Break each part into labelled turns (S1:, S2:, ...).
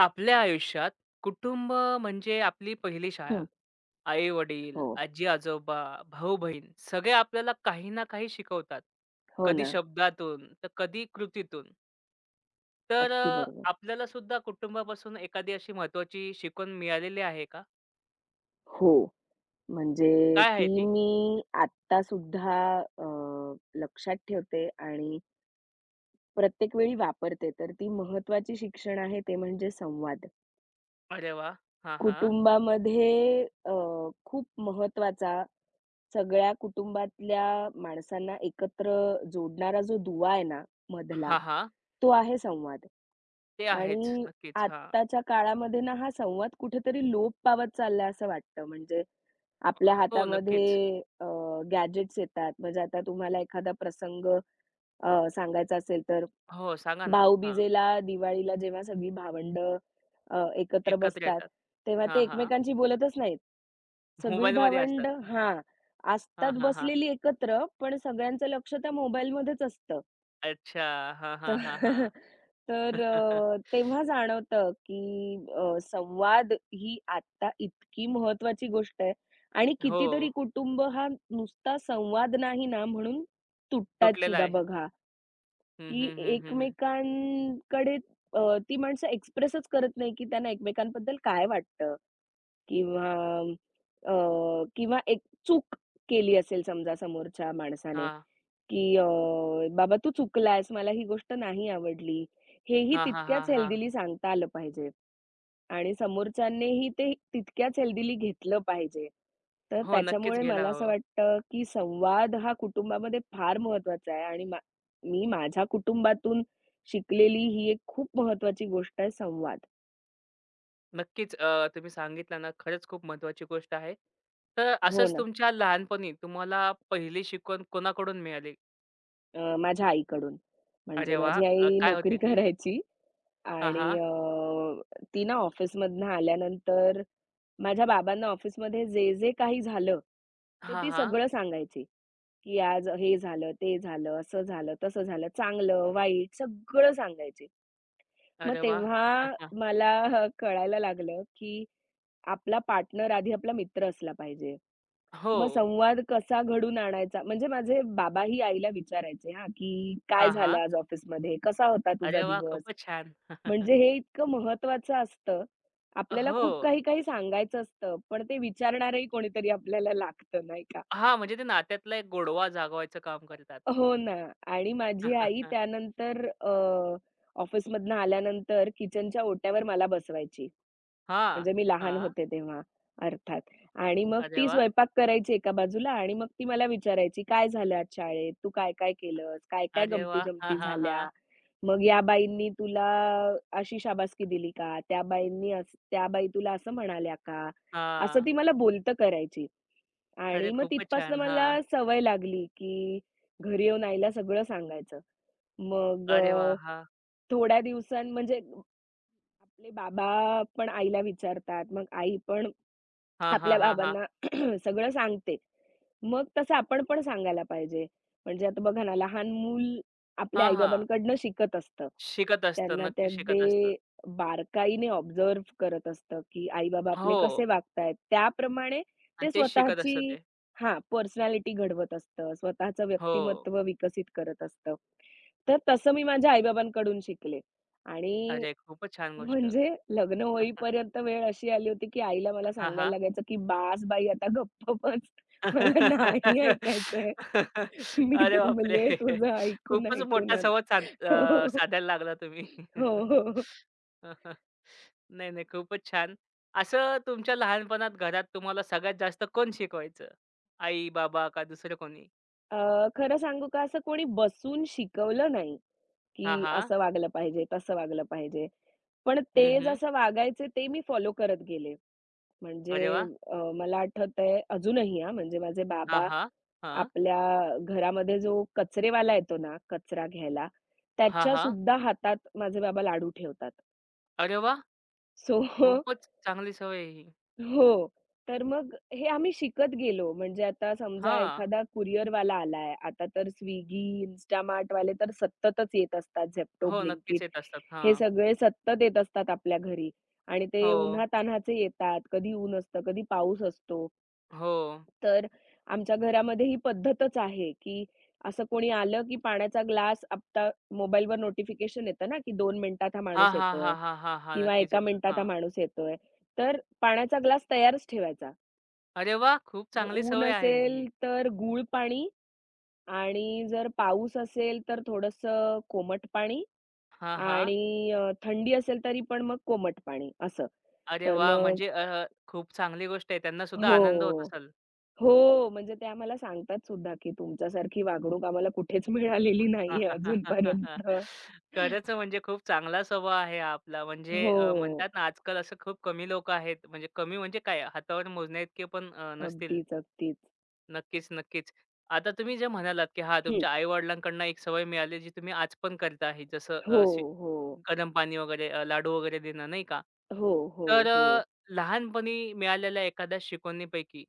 S1: आपल्या आयुष्यात कुटुंब म्हणजे आपली पहिली शाळा.
S2: हं.
S1: आई-वडील,
S2: हो,
S1: आजी-आजोबा, भाऊ-बहीण सगळे आपल्याला काही ना काही शिकवतात.
S2: हो
S1: कधी
S2: ना.
S1: शब्दातून, तर कधी कृतीतून. तर
S2: अगदी बरोबर.
S1: आपल्याला सुद्धा कुटुंबापासून एखादी अशी महत्त्वाची शिकवण मिळालेली आहे का?
S2: हो, म्हणजे
S1: काय आहे
S2: ती
S1: ती?
S2: मी आत्तासुद्धा अ, लक्षात ठेवते आणि प्रत्येक वेळी वापरते. तर ती महत्वाची शिक्षण आहे ते म्हणजे संवाद.
S1: अरे वाह! हां, हां.
S2: कुटुंबामध्ये अ, खूप महत्वाचा सगळ्या कुटुंबातल्या माणसांना एकत्र जोडणारा जो दुवा आहे ना मधला,
S1: हां, हां.
S2: तो आहे संवाद.
S1: ते आहेच.
S2: आणि
S1: नक्कीच. हां.
S2: आत्ताच्या काळामध्ये ना हा संवाद कुठेतरी लोप पावत चाललाय असं वाटतं. म्हणजे आपल्या
S1: हो, नक्कीच.
S2: हातामध्ये गॅजेट्स येतात. म्हणजे आता तुम्हाला एखादा प्रसंग सांगायचा असेल तर
S1: हो, सांगा ना. हां.
S2: भाऊबीजेला, दिवाळीला जेव्हा सगळी भावंडं एकत्र
S1: एकत्र
S2: बसतात,
S1: येतात.
S2: तेव्हा ते
S1: हां, हां.
S2: एकमेकांशी बोलतच नाहीत. सगळी
S1: मोबाईलमध्ये असतात.
S2: भावंडं हां,
S1: हां,
S2: असतात
S1: हां, हां.
S2: बसलेली एकत्र, पण सगळ्यांचं लक्ष त्या मोबाईलमध्येच असतं.
S1: अच्छा. हां,
S2: तर
S1: हां, हां, हां.
S2: तेव्हा जाणवतं, की संवाद ही आत्ता इतकी महत्वाची गोष्ट आहे आणि
S1: हो,
S2: कितीतरी कुटुंब हा नुसता संवाद नाही ना म्हणून तुटतात
S1: तुटलेला
S2: सुद्धा
S1: आहे.
S2: बघा,
S1: हं,
S2: की
S1: हं, हं, हं, हं.
S2: एकमेकांकडे अ, ती माणसं एक्सप्रेसच करत नाही, की त्यांना एकमेकांबद्दल काय वाटतं. किंवा अ, किंवा एक चूक केली असेल समजा समोरच्या माणसाने,
S1: हां.
S2: की "बाबा तू चुकलास, मला ही गोष्ट नाही आवडली." हेही
S1: हां, हां, हां,
S2: तितक्याच
S1: हां.
S2: हेल्दीली सांगता आलं पाहिजे आणि समोरच्यांनीही ते तितक्याच हेल्दीली घेतलं पाहिजे. तर
S1: हो, नक्कीच
S2: त्याच्यामुळे
S1: घ्यायला
S2: मला असं
S1: हवं.
S2: वाटतं, की संवाद हा कुटुंबामध्ये फार महत्त्वाचा आहे आणि मी माझ्या कुटुंबातून शिकलेली ही एक खूप महत्त्वाची गोष्ट आहे संवाद.
S1: नक्कीच तुम्ही सांगितलं ना, खरंच खूप महत्त्वाची गोष्ट आहे. तर
S2: हो
S1: असंच
S2: ना.
S1: तुमच्या लहानपणी तुम्हाला पहिली शिकवण कोणाकडून मिळाली?
S2: माझ्या आईकडून. म्हणजे
S1: अरे वाह!
S2: माझी आई
S1: काय
S2: नोकरी
S1: होती ती?
S2: करायची
S1: हां,
S2: आणि
S1: हां.
S2: ती ना ऑफिसमधनं आल्यानंतर माझ्या बाबांना ऑफिसमध्ये जे काही झालं, ते
S1: हां,
S2: ती
S1: हां.
S2: सगळं सांगायची, की आज हे झालं, ते झालं, असं झालं, तसं झालं, चांगलं, वाईट सगळं सांगायची. मग
S1: अरे वाह!
S2: तेव्हा मला कळायला लागलं, की आपला पार्टनर आधी आपला मित्र असला पाहिजे. मग
S1: हो.
S2: संवाद कसा घडून आणायचा? म्हणजे माझे बाबाही आईला विचारायचे हां, की "काय
S1: हां,
S2: झालं
S1: हां.
S2: आज ऑफिसमध्ये? कसा होता तुझा
S1: अरे वाह!
S2: दिवस?"
S1: खूपच छान.
S2: म्हणजे हे इतकं महत्त्वाचं असतं. आपल्याला
S1: हो.
S2: खूप काही-काही सांगायचं असतं, पण ते विचारणारही कोणीतरी आपल्याला लागतं, नाही का?
S1: हां, म्हणजे ते नात्यातला एक गोडवा जागवायचं काम करतात.
S2: हो ना. आणि माझी आई त्यानंतर ऑफिसमधनं आल्यानंतर किचनच्या ओट्यावर मला बसवायची.
S1: हां,
S2: म्हणजे मी लहान
S1: हां.
S2: होते तेव्हा अर्थात. आणि मग
S1: अरे
S2: ती
S1: वाह!
S2: स्वयंपाक करायची एका बाजूला आणि मग ती मला विचारायची, "काय झालं आज शाळेत? तू काय-काय केलंस? काय-काय
S1: अरे वा, हां,
S2: गमती-जमती
S1: हां, हां.
S2: झाल्या? मग या बाईंनी तुला अशी शाबासकी दिली का? त्या बाईंनी असं त्या बाई तुला असं म्हणाल्या का?" असं
S1: हां.
S2: ती मला बोलतं करायची.
S1: अरे
S2: आणि मग
S1: खूपच
S2: तिथपासनं
S1: छान.
S2: मला
S1: हां.
S2: सवय लागली, की घरी येऊन आईला सगळं सांगायचं. मग
S1: अरे वा,
S2: अ,
S1: हां.
S2: थोड्या दिवसां म्हणजे आपले बाबा पण आईला विचारतात. मग आई पण
S1: हां, हां,
S2: आपल्या
S1: हां, हां.
S2: बाबांना सगळं सांगते. मग तसं आपण पण सांगायला पाहिजे. म्हणजे आता बघा ना, लहान मूल आपल्या
S1: हां, हां.
S2: आई-बाबांकडनं शिकत असतं.
S1: शिकत असतं.
S2: त्यांना ते
S1: नक्की शिकत असतं.
S2: अगदी बारकाईने ऑब्झर्व्ह करत असतं, की आई-बाबा
S1: हो
S2: आपले कसे वागतायत. त्याप्रमाणे
S1: आणि
S2: ते
S1: तेच शिकत असतं
S2: स्वतःची
S1: ते.
S2: हां, पर्सनॅलिटी घडवत असतं. स्वतःचं
S1: हो.
S2: व्यक्तिमत्व विकसित करत असतं. तर तसं मी माझ्या आई शिकले आणि
S1: अरे खूपच छान गोष्ट.
S2: म्हणजे लग्न होईपर्यंत वेळ अशी आली होती, की आईला मला
S1: हां,
S2: सांगायला
S1: हां.
S2: लागायचं, की "बास बाई आता गप्प बस. मला नाही ऐकायचंय. मी
S1: अरे
S2: दमले
S1: बापरे!
S2: तुझं ऐकून
S1: खूपच मोठा
S2: ऐकूनच."
S1: संवाद
S2: हो. हो, हो.
S1: साधायला लागला तुम्ही.
S2: हो, हो, हो.
S1: हं, हं. नाही, नाही खूपच छान. असं तुमच्या लहानपणात घरात तुम्हाला सगळ्यात जास्त कोण शिकवायचं? आई, बाबा का दुसरं कोणी?
S2: खरं सांगू का असं कोणी बसून शिकवलं नाही,
S1: हा
S2: की
S1: हा
S2: असं वागलं पाहिजे, तसं वागलं पाहिजे. पण ते
S1: हं, हं.
S2: जसं वागायचे ते मी फॉलो करत गेले. म्हणजे
S1: अरे वाह!
S2: मला आठवतंय अजूनही हां, म्हणजे माझे
S1: हा
S2: बाबा
S1: हां. हां.
S2: आपल्या घरामध्ये जो कचरेवाला येतो ना, कचरा घ्यायला,
S1: हां,
S2: त्याच्या
S1: हां.
S2: सुद्धा हातात माझे बाबा लाडू ठेवतात.
S1: अरे वा
S2: सो
S1: खूपच चांगली सवय आहे ही.
S2: हो. तर मग हे आम्ही शिकत गेलो. म्हणजे आता समजा
S1: हा
S2: एखादा कुरिअरवाला आलाय, आता तर Swiggy, Instamartवाले तर सततच येत असतात. Zepto,
S1: हो, नक्कीच
S2: Blinkit
S1: येत असतात.
S2: हे
S1: हां.
S2: सगळे सतत येत असतात आपल्या घरी आणि ते
S1: हो,
S2: उन्हातान्हाचे येतात. कधी ऊन असतं, कधी पाऊस असतो.
S1: हो.
S2: तर आमच्या घरामध्ये ही पद्धतच आहे, की असं कोणी आलं, की पाण्याचा ग्लास आत्ता मोबाईलवर नोटिफिकेशन येतं ना, की 2 मिनिटात हा
S1: हां,
S2: माणूस
S1: हां, हां,
S2: येतोय
S1: हां, हां, हां.
S2: किंवा 1
S1: नक्कीच येतं.
S2: मिनिटात हा
S1: हां.
S2: माणूस येतोय. तर पाण्याचा ग्लास तयारच ठेवायचा.
S1: अरे वाह! खूप
S2: जर
S1: चांगली
S2: ऊन
S1: सवय आहे
S2: असेल
S1: ही.
S2: तर गूळ पाणी आणि जर पाऊस असेल तर थोडंसं कोमट पाणी
S1: हां, हां.
S2: आणि थंडी असेल तरी पण मग कोमट पाणी असं.
S1: अरे
S2: तर
S1: वाह!
S2: मग
S1: म्हणजे खूप चांगली गोष्ट आहे. त्यांना सुद्धा आनंद होत
S2: हो.
S1: असेल.
S2: हो, म्हणजे त्या मला सांगतात सुद्धा, की तुमच्यासारखी वागणूक आम्हाला कुठेच मिळालेली नाहीये अजूनपर्यंत.
S1: खरंच म्हणजे खूप चांगला स्वभाव आहे हा आपला. म्हणजे
S2: हो,
S1: म्हणतात ना, आजकाल असं खूप कमी लोकं आहेत. म्हणजे कमी म्हणजे काय हातावर मोजण्याइतके पण नसतील.
S2: अगदीच, अगदीच.
S1: नक्कीच, नक्कीच. आता तुम्ही जे म्हणालात, की हा,
S2: हं.
S1: तुमच्या आई-वडिलांकडनं एक सवय मिळाली जी तुम्ही आज पण करता आहे. जसं
S2: हो,
S1: शी
S2: हो.
S1: गरम पाणी वगैरे लाडू वगैरे देणं नाही का?
S2: हो, हो,
S1: तर
S2: हो.
S1: लहानपणी मिळालेल्या एखाद्या शिकवणीपैकी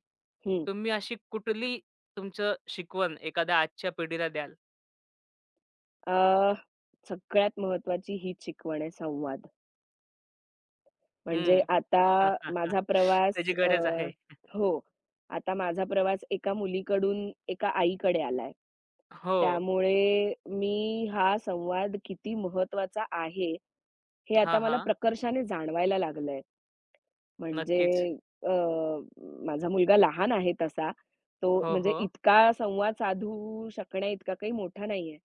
S2: हं.
S1: तुम्ही अशी कुठली तुमचं शिकवण एखाद्या आजच्या पिढीला द्याल?
S2: अ, सगळ्यात महत्त्वाची हीच शिकवण आहे संवाद. म्हणजे
S1: हं.
S2: आता माझा प्रवास
S1: त्याची
S2: अ,
S1: गरज आहे.
S2: हो. आता माझा प्रवास एका मुलीकडून एका आईकडे आलाय.
S1: हो.
S2: त्यामुळे मी हा संवाद किती महत्वाचा आहे, हे आता
S1: हां,
S2: मला
S1: हां.
S2: प्रकर्षाने जाणवायला लागलंय. म्हणजे
S1: नक्कीच.
S2: अ, माझा मुलगा लहान आहे तसा. तो
S1: हो,
S2: म्हणजे
S1: हो.
S2: इतका संवाद साधू शकण्या इतका काही मोठा नाहीये.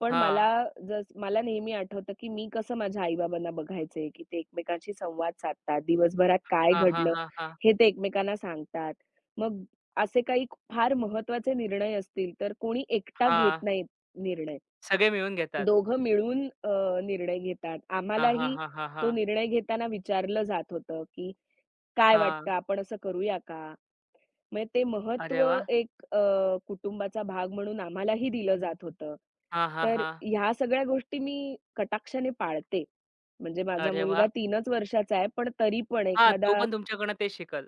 S2: पण मला
S1: हां.
S2: मला नेहमी आठवतं, की मी कसं माझ्या आई-बाबांना बघायचे, की ते एकमेकांशी संवाद साधतात. दिवसभरात काय
S1: हां, हां,
S2: घडलं
S1: हां, हां.
S2: हे ते एकमेकांना सांगतात. मग असे काही फार महत्त्वाचे निर्णय असतील, तर कोणी एकटा घेत
S1: हां.
S2: नाहीत निर्णय.
S1: सगळे मिळून घेतात.
S2: दोघं मिळून निर्णय घेतात.
S1: हां, हां,
S2: आम्हालाही
S1: हां, हां, हां.
S2: तो निर्णय घेताना विचारलं जात होतं, की "काय वाटतं
S1: हां.
S2: आपण असं करूया का?" म्हणजे ते महत्व
S1: अरे वाह!
S2: एक कुटुंबाचा भाग म्हणून आम्हालाही दिलं जात होतं.
S1: हां, हां,
S2: तर
S1: हां.
S2: ह्या सगळ्या गोष्टी मी कटाक्षाने पाळते. म्हणजे माझा
S1: अरे
S2: मुलगा
S1: वाह!
S2: तीनच वर्षाचा आहे, पण तरी पण
S1: हां, तो
S2: एखादा
S1: पण तुमच्याकडनं ते शिकल.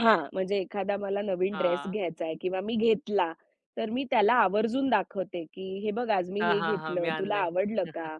S2: हां, म्हणजे एखादा मला नवीन ड्रेस
S1: हां.
S2: घ्यायचा आहे किंवा मी घेतला, तर मी त्याला आवर्जून दाखवते, की "हे बघ आज मी
S1: हां,
S2: हे
S1: हां, हां.
S2: घेतलं,
S1: मी
S2: तुला
S1: आणलंय.
S2: आवडलं का?"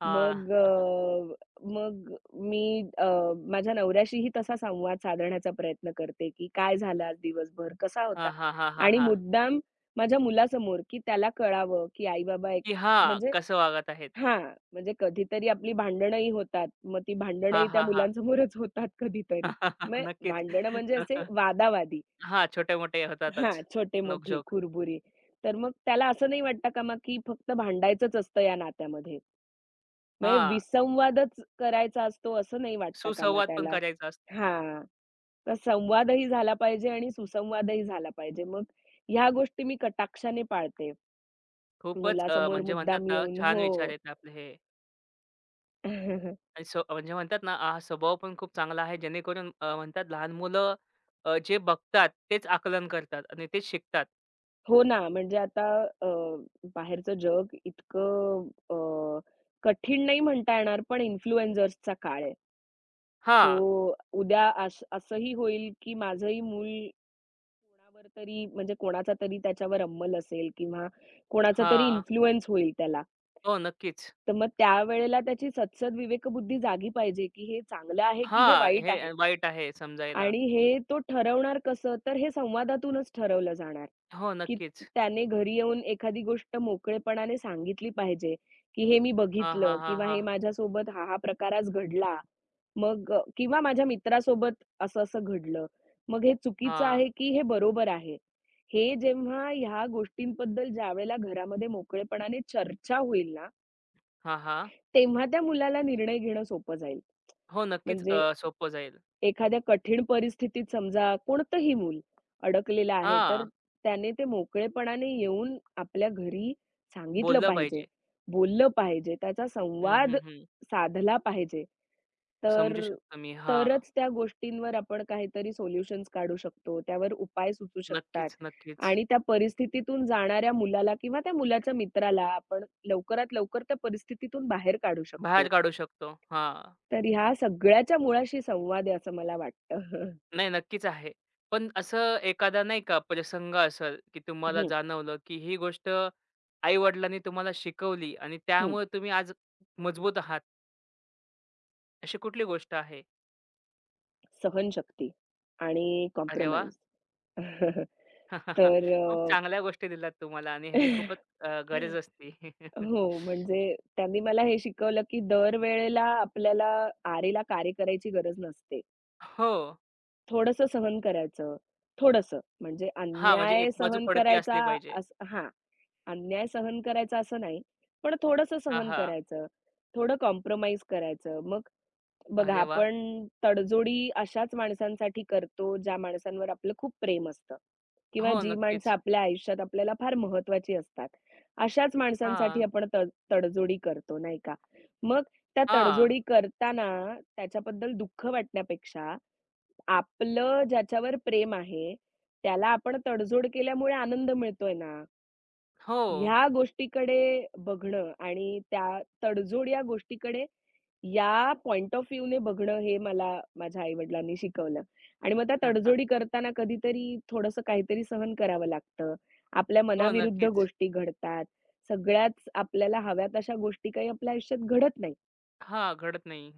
S1: हां.
S2: मग अ, मग मी अ, माझ्या नवऱ्याशीही तसा संवाद साधण्याचा प्रयत्न करते, की "काय झालं आज दिवसभर? कसा होता?"
S1: हां, हां, हां, हां,
S2: आणि
S1: हां.
S2: मुद्दाम माझ्या मुलासमोर, की त्याला कळावं, की आई-बाबा एक
S1: की हां,
S2: म्हणजे
S1: कसं वागत आहेत.
S2: हां, म्हणजे कधीतरी आपली भांडणंही होतात. मग ती
S1: हां,
S2: भांडणंही त्या
S1: हां, हां.
S2: मुलांसमोरच होतात कधीतरी. मग
S1: नक्कीच.
S2: भांडणं म्हणजे असे वादावादी
S1: हां, छोटे-मोठे
S2: हां,
S1: होतातच.
S2: छोटे-मोठे,
S1: नोकझोक.
S2: कुरबुरे. तर मग त्याला असं नाही वाटतं कामा, की फक्त भांडायचंच असतं या नात्यामध्ये. म्हणजे
S1: हां,
S2: विसंवादच करायचा असतो असं नाही वाटतं का मग
S1: सुसंवाद पण
S2: त्याला?
S1: करायचा असतो.
S2: हां. तर संवादही झाला पाहिजे आणि सुसंवादही झाला पाहिजे. मग ह्या गोष्टी मी कटाक्षाने पाळते.
S1: खूपच
S2: मुलासमोर
S1: म्हणजे म्हणतात
S2: मुद्दाम
S1: ना,
S2: येऊन
S1: छान
S2: हो.
S1: विचार आहेत आपले हे आणि स्व म्हणजे म्हणतात ना, हा स्वभाव पण खूप चांगला आहे. जेणेकरून म्हणतात लहान मुलं जे बघतात तेच आकलन करतात आणि तेच शिकतात.
S2: हो ना, अ, बाहेरचं जग इतकं कठीण नाही म्हणता येणार, पण इन्फ्लुएन्झर्सचा काळ आहे. सो
S1: हां.
S2: उद्या असंही होईल, की माझंही मूल कोणावर तरी म्हणजे कोणाचा तरी त्याच्यावर अंमल असेल किंवा कोणाचा तरी
S1: हां.
S2: इन्फ्लुअन्स होईल त्याला.
S1: हो, नक्कीच.
S2: तर मग त्यावेळेला त्याची सदसद विवेकबुद्धी जागी पाहिजे, की हे चांगलं आहे, की हे
S1: हां,
S2: वाईट
S1: हे
S2: आहे.
S1: वाईट आहे समजायला.
S2: आणि हे तो ठरवणार कसं? तर हे संवादातूनच ठरवलं जाणार,
S1: हो,
S2: की
S1: नक्कीच.
S2: त्याने घरी येऊन एखादी गोष्ट मोकळेपणाने सांगितली पाहिजे, की हे मी
S1: हा हां,
S2: बघितलं
S1: हां,
S2: किंवा हे
S1: हां.
S2: माझ्यासोबत हा प्रकार आज घडला. किंवा माझ्या मित्रासोबत असं-असं घडलं. मग हे चुकीचं
S1: हां.
S2: आहे, की हे बरोबर आहे? हे जेव्हा ह्या गोष्टींबद्दल ज्यावेळेला घरामध्ये मोकळेपणाने चर्चा होईल ना,
S1: हां, हां.
S2: तेव्हा त्या मुलाला निर्णय घेणं सोपं जाईल.
S1: हो, नक्कीच
S2: म्हणजे
S1: सोपं जाईल.
S2: एखाद्या कठीण परिस्थितीत समजा कोणतंही मूल अडकलेलं आहे, तर
S1: हां,
S2: त्याने ते मोकळेपणाने येऊन आपल्या घरी सांगितलं
S1: बोललं
S2: पाहिजे,
S1: पाहिजे.
S2: बोललं पाहिजे, त्याचा
S1: हं,
S2: संवाद
S1: हं, हं.
S2: साधला पाहिजे.
S1: समजू
S2: तर
S1: शकतो मी. हां.
S2: तरच त्या गोष्टींवर आपण काहीतरी सोल्युशन्स काढू शकतो, त्यावर उपाय सुचू शकतात
S1: नक्कीच, नक्कीच.
S2: आणि त्या परिस्थितीतून जाणाऱ्या मुलाला किंवा त्या मुलाच्या मित्राला आपण लवकरात लवकर त्या परिस्थितीतून बाहेर काढू शकतो.
S1: बाहेर काढू शकतो. हां.
S2: तर ह्या सगळ्याच्या मुळाशी संवाद आहे असं मला वाटतं.
S1: नाही, नक्कीच आहे. पण असं एखादा नाही का प्रसंग असेल, की तुम्हाला
S2: हं,
S1: जाणवलं, की ही गोष्ट आई-वडिलांनी तुम्हाला शिकवली आणि
S2: हं.
S1: त्यामुळे तुम्ही आज मजबूत आहात. अशी कुठली गोष्ट आहे?
S2: सहनशक्ती आणि
S1: अरे वाह!
S2: कॉम्प्रोमाईज. तर अ,
S1: खूप चांगल्या गोष्टी दिल्यात तुम्हाला आणि ह्याची खूपच गरज असते.
S2: हो, म्हणजे त्यांनी मला हे शिकवलं, की दरवेळेला आपल्याला आरेला कार्य करायची गरज नसते.
S1: हो.
S2: थोडंसं सहन करायचं. थोडंसं म्हणजे
S1: हां, म्हणजे एक
S2: अन्याय
S1: बाजू
S2: सहन
S1: पडती
S2: करायचा
S1: असली पाहिजे.
S2: असं हां, अन्याय सहन करायचा असं नाही, पण थोडंसं
S1: हां,
S2: सहन
S1: हां.
S2: करायचं. थोडं कॉम्प्रोमाईज करायचं. मग बघा
S1: अरे वाह!
S2: आपण तडजोडी अशाच माणसांसाठी करतो, ज्या माणसांवर आपलं खूप प्रेम असतं किंवा
S1: हो,
S2: जी माणसं
S1: नक्कीच.
S2: आपल्या आयुष्यात आपल्याला फार महत्त्वाची असतात. अशाच माणसांसाठी
S1: हां,
S2: आपण तडजोडी करतो, नाही का? मग त्या
S1: हां.
S2: तडजोडी करताना त्याच्याबद्दल दुःख वाटण्यापेक्षा आपलं ज्याच्यावर प्रेम आहे, त्याला आपण तडजोड केल्यामुळे आनंद मिळतोय ना,
S1: हो.
S2: ह्या गोष्टीकडे बघणं आणि त्या तडजोड या गोष्टीकडे या पॉइंट ऑफ व्ह्यूने बघणं हे मला माझ्या आई-वडिलांनी शिकवलं. आणि मग त्या तडजोडी करताना कधीतरी थोडंसं काहीतरी सहन करावं लागतं. आपल्या
S1: हो,
S2: मनाविरुद्ध
S1: नक्कीच.
S2: गोष्टी घडतात. सगळ्याच आपल्याला हव्या तशा गोष्टी काही आपल्या आयुष्यात घडत नाही.
S1: हां, घडत नाही.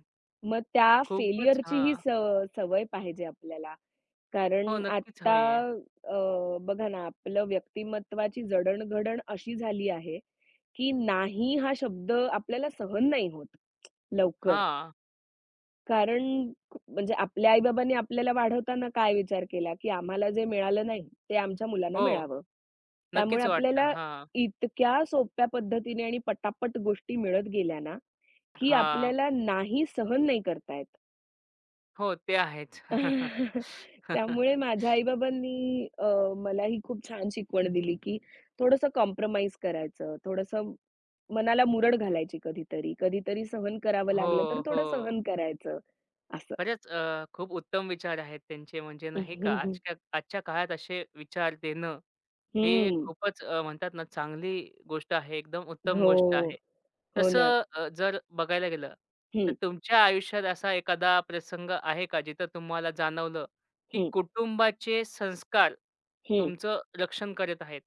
S2: मग त्या
S1: खूपच
S2: फेल्युअरचीही
S1: हां.
S2: सवय पाहिजे आपल्याला.
S1: हो,
S2: कारण
S1: नक्कीच
S2: आत्ता
S1: हवी आहे.
S2: बघा ना, आपलं व्यक्तिमत्त्वाची जडण-घडण अशी झाली आहे, की "नाही" हा शब्द आपल्याला सहन नाही होत लवकर.
S1: हां.
S2: कारण म्हणजे आपल्या आई-बाबांनी आपल्याला वाढवताना काय विचार केला, की आम्हाला जे मिळालं नाही, ते आमच्या मुलांना
S1: हो,
S2: मिळावं. त्यामुळे
S1: नक्कीच वाटतं.
S2: आपल्याला
S1: हां,
S2: इतक्या सोप्या पद्धतीने आणि पटापट गोष्टी मिळत गेल्या ना, की
S1: हां.
S2: आपल्याला "नाही" सहन नाही करता येत.
S1: हो, ते आहेच.
S2: त्यामुळे माझ्या आई-बाबांनी अ, मला ही खूप छान शिकवण दिली, की थोडंसं कॉम्प्रोमाईज करायचं, थोडंसं मनाला मुरड घालायची कधीतरी. कधीतरी सहन करावं
S1: हो,
S2: लागलं, तर थोडं
S1: हो.
S2: सहन करायचं असं.
S1: खरंच खूप उत्तम विचार आहेत त्यांचे म्हणजे नाही का आजच्या आजच्या काळात असे विचार देणं हे
S2: हं.
S1: खूपच म्हणतात ना चांगली गोष्ट आहे. एकदम उत्तम
S2: हो.
S1: गोष्ट आहे.
S2: हो ना.
S1: तसं जर बघायला गेलं तर
S2: हं,
S1: तुमच्या आयुष्यात असा एखादा प्रसंग आहे का जिथं तुम्हाला जाणवलं, की
S2: हं,
S1: कुटुंबाचे संस्कार
S2: हं.
S1: तुमचं रक्षण करत आहेत?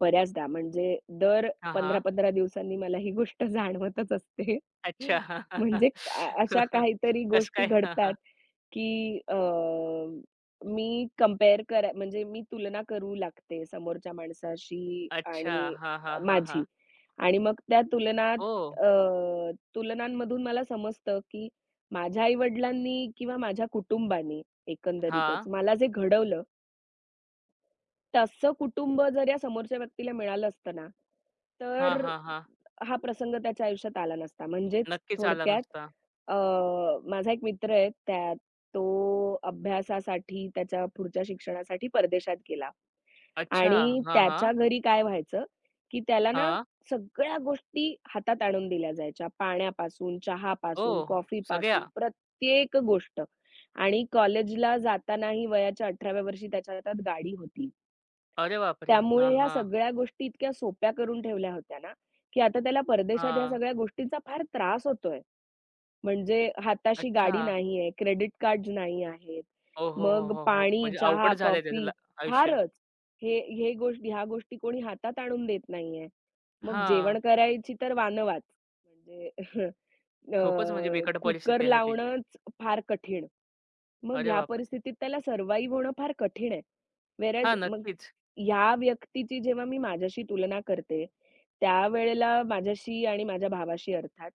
S2: बऱ्याचदा म्हणजे दर
S1: हां, हां.
S2: 15-15 दिवसांनी मला ही गोष्ट जाणवतच असते.
S1: अच्छा.
S2: अशा काहीतरी
S1: कसं
S2: गोष्टी
S1: काय? हां,
S2: घडतात,
S1: हां.
S2: की अ, मी कंपेअर करा म्हणजे मी तुलना करू लागते समोरच्या माणसाशी
S1: अच्छा.
S2: आणि
S1: हां, हां, हां, हां.
S2: माझी. आणि मग
S1: हो.
S2: अ, तुलनांमधून मला समजतं, की माझ्या आई-वडिलांनी किंवा माझ्या कुटुंबाने एकंदरीतच
S1: हां.
S2: मला जे घडवलं, तसं कुटुंब जर या समोरच्या व्यक्तीला मिळालं असतं ना,
S1: हां,
S2: तर
S1: हां, हां.
S2: हा प्रसंग त्याच्या आयुष्यात आला नसता.
S1: नक्कीच आला नसता.
S2: अ, माझा एक मित्र आहे, तो अभ्यासासाठी त्याच्या पुढच्या शिक्षणासाठी परदेशात गेला
S1: अच्छा.
S2: आणि
S1: हां, हां.
S2: त्याच्या घरी काय व्हायचं, की त्याला ना
S1: हां.
S2: सगळ्या गोष्टी हातात आणून दिल्या जायच्या. पाण्यापासून, चहापासून,
S1: ओह!
S2: कॉफीपासून
S1: सगळ्या?
S2: प्रत्येक गोष्ट आणि कॉलेजला जातानाही वयाच्या 18व्या वर्षी त्याच्या हातात गाडी होती.
S1: अरे बापरे! हां,
S2: त्यामुळे ह्या
S1: हां.
S2: सगळ्या गोष्टी इतक्या सोप्या करून ठेवल्या होत्या ना, की आता त्याला परदेशात ह्या
S1: हां.
S2: सगळ्या गोष्टींचा फार त्रास होतोय. म्हणजे हाताशी
S1: अच्छा.
S2: गाडी नाही आहे, क्रेडिट कार्ड्स नाही आहेत.
S1: ओ, हो, हो,
S2: मग
S1: हो, हो.
S2: पाणी,
S1: म्हणजे
S2: चहा,
S1: अवघड झालंय त्याचं
S2: कॉफी
S1: ला- आयुष्य.
S2: फारच. हे हे गोष्टी ह्या गोष्टी कोणी हातात आणून देत नाहीये. मग
S1: हां.
S2: जेवण करायची तर वानवाच. म्हणजे अ,
S1: खूपच म्हणजे बिकट
S2: कुकर
S1: परिस्थिती आहे त्याची.
S2: लावणंच फार कठीण. मग
S1: अरे
S2: ह्या
S1: बापरे!
S2: परिस्थितीत त्याला सर्व्हाईव्ह होणं फार कठीण आहे. व्हेअर
S1: हां,
S2: मग
S1: नक्कीच.
S2: ह्या व्यक्तीची जेव्हा मी माझ्याशी तुलना करते, त्यावेळेला माझ्याशी आणि माझ्या भावाशी अर्थात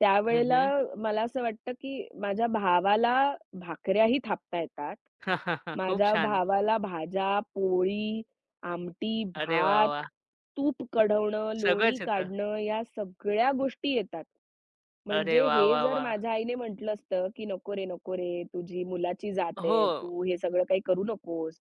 S2: त्यावेळेला
S1: हं,
S2: मला असं वाटतं, की माझ्या भावाला भाकऱ्याही थापता येतात.
S1: खूप
S2: माझ्या
S1: छान.
S2: भावाला भाज्या, पोळी, आमटी,
S1: अरे वाह,
S2: भात,
S1: वाह!
S2: तूप कढवणं, लोणी
S1: सगळंच येतं.
S2: काढणं या सगळ्या गोष्टी येतात.
S1: अरे
S2: म्हणजे
S1: वाह,
S2: हे
S1: वाह,
S2: जर
S1: वाह!
S2: माझ्या आईने म्हटलं असतं, की "नको रे, नको रे, तुझी मुलाची जात आहे.
S1: हो.
S2: तू हे सगळं काही करू नकोस.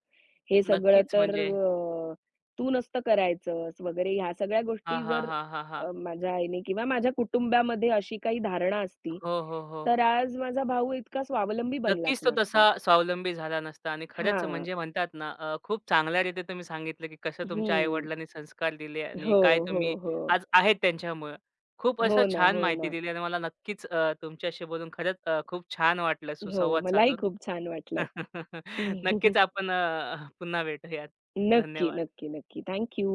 S2: हे सगळं
S1: नक्कीच
S2: तर
S1: म्हणजे.
S2: अ, तू नसतं करायचंस" वगैरे ह्या सगळ्या
S1: हां,
S2: गोष्टी
S1: हां,
S2: जर
S1: हां, हां, हां.
S2: माझ्या आईने किंवा माझ्या कुटुंबामध्ये अशी काही धारणा असती,
S1: हो, हो, हो.
S2: तर आज माझा भाऊ इतका स्वावलंबी बनलाच
S1: नक्कीच तो तसा
S2: नसता.
S1: स्वावलंबी झाला नसता आणि खरंच
S2: हां.
S1: म्हणजे म्हणतात ना खूप चांगल्यारीती तुम्ही सांगितलं, की कसं तुमच्या
S2: हं.
S1: आई-वडिलांनी संस्कार दिले आणि
S2: हो,
S1: काय
S2: हो,
S1: तुम्ही
S2: हो.
S1: आज आहेत त्यांच्यामुळं. खूप असं
S2: हो ना,
S1: छान
S2: हो
S1: माहिती
S2: ना.
S1: दिली आणि मला नक्कीच तुमच्याशी बोलून खरंच खूप छान वाटलं
S2: हो,
S1: सुसंवाद
S2: मलाही
S1: साधून.
S2: खूप छान वाटलं.
S1: नक्कीच आपण पुन्हा भेटूयात.
S2: नक्की,
S1: धन्यवाद.
S2: नक्की, नक्की. Thank you.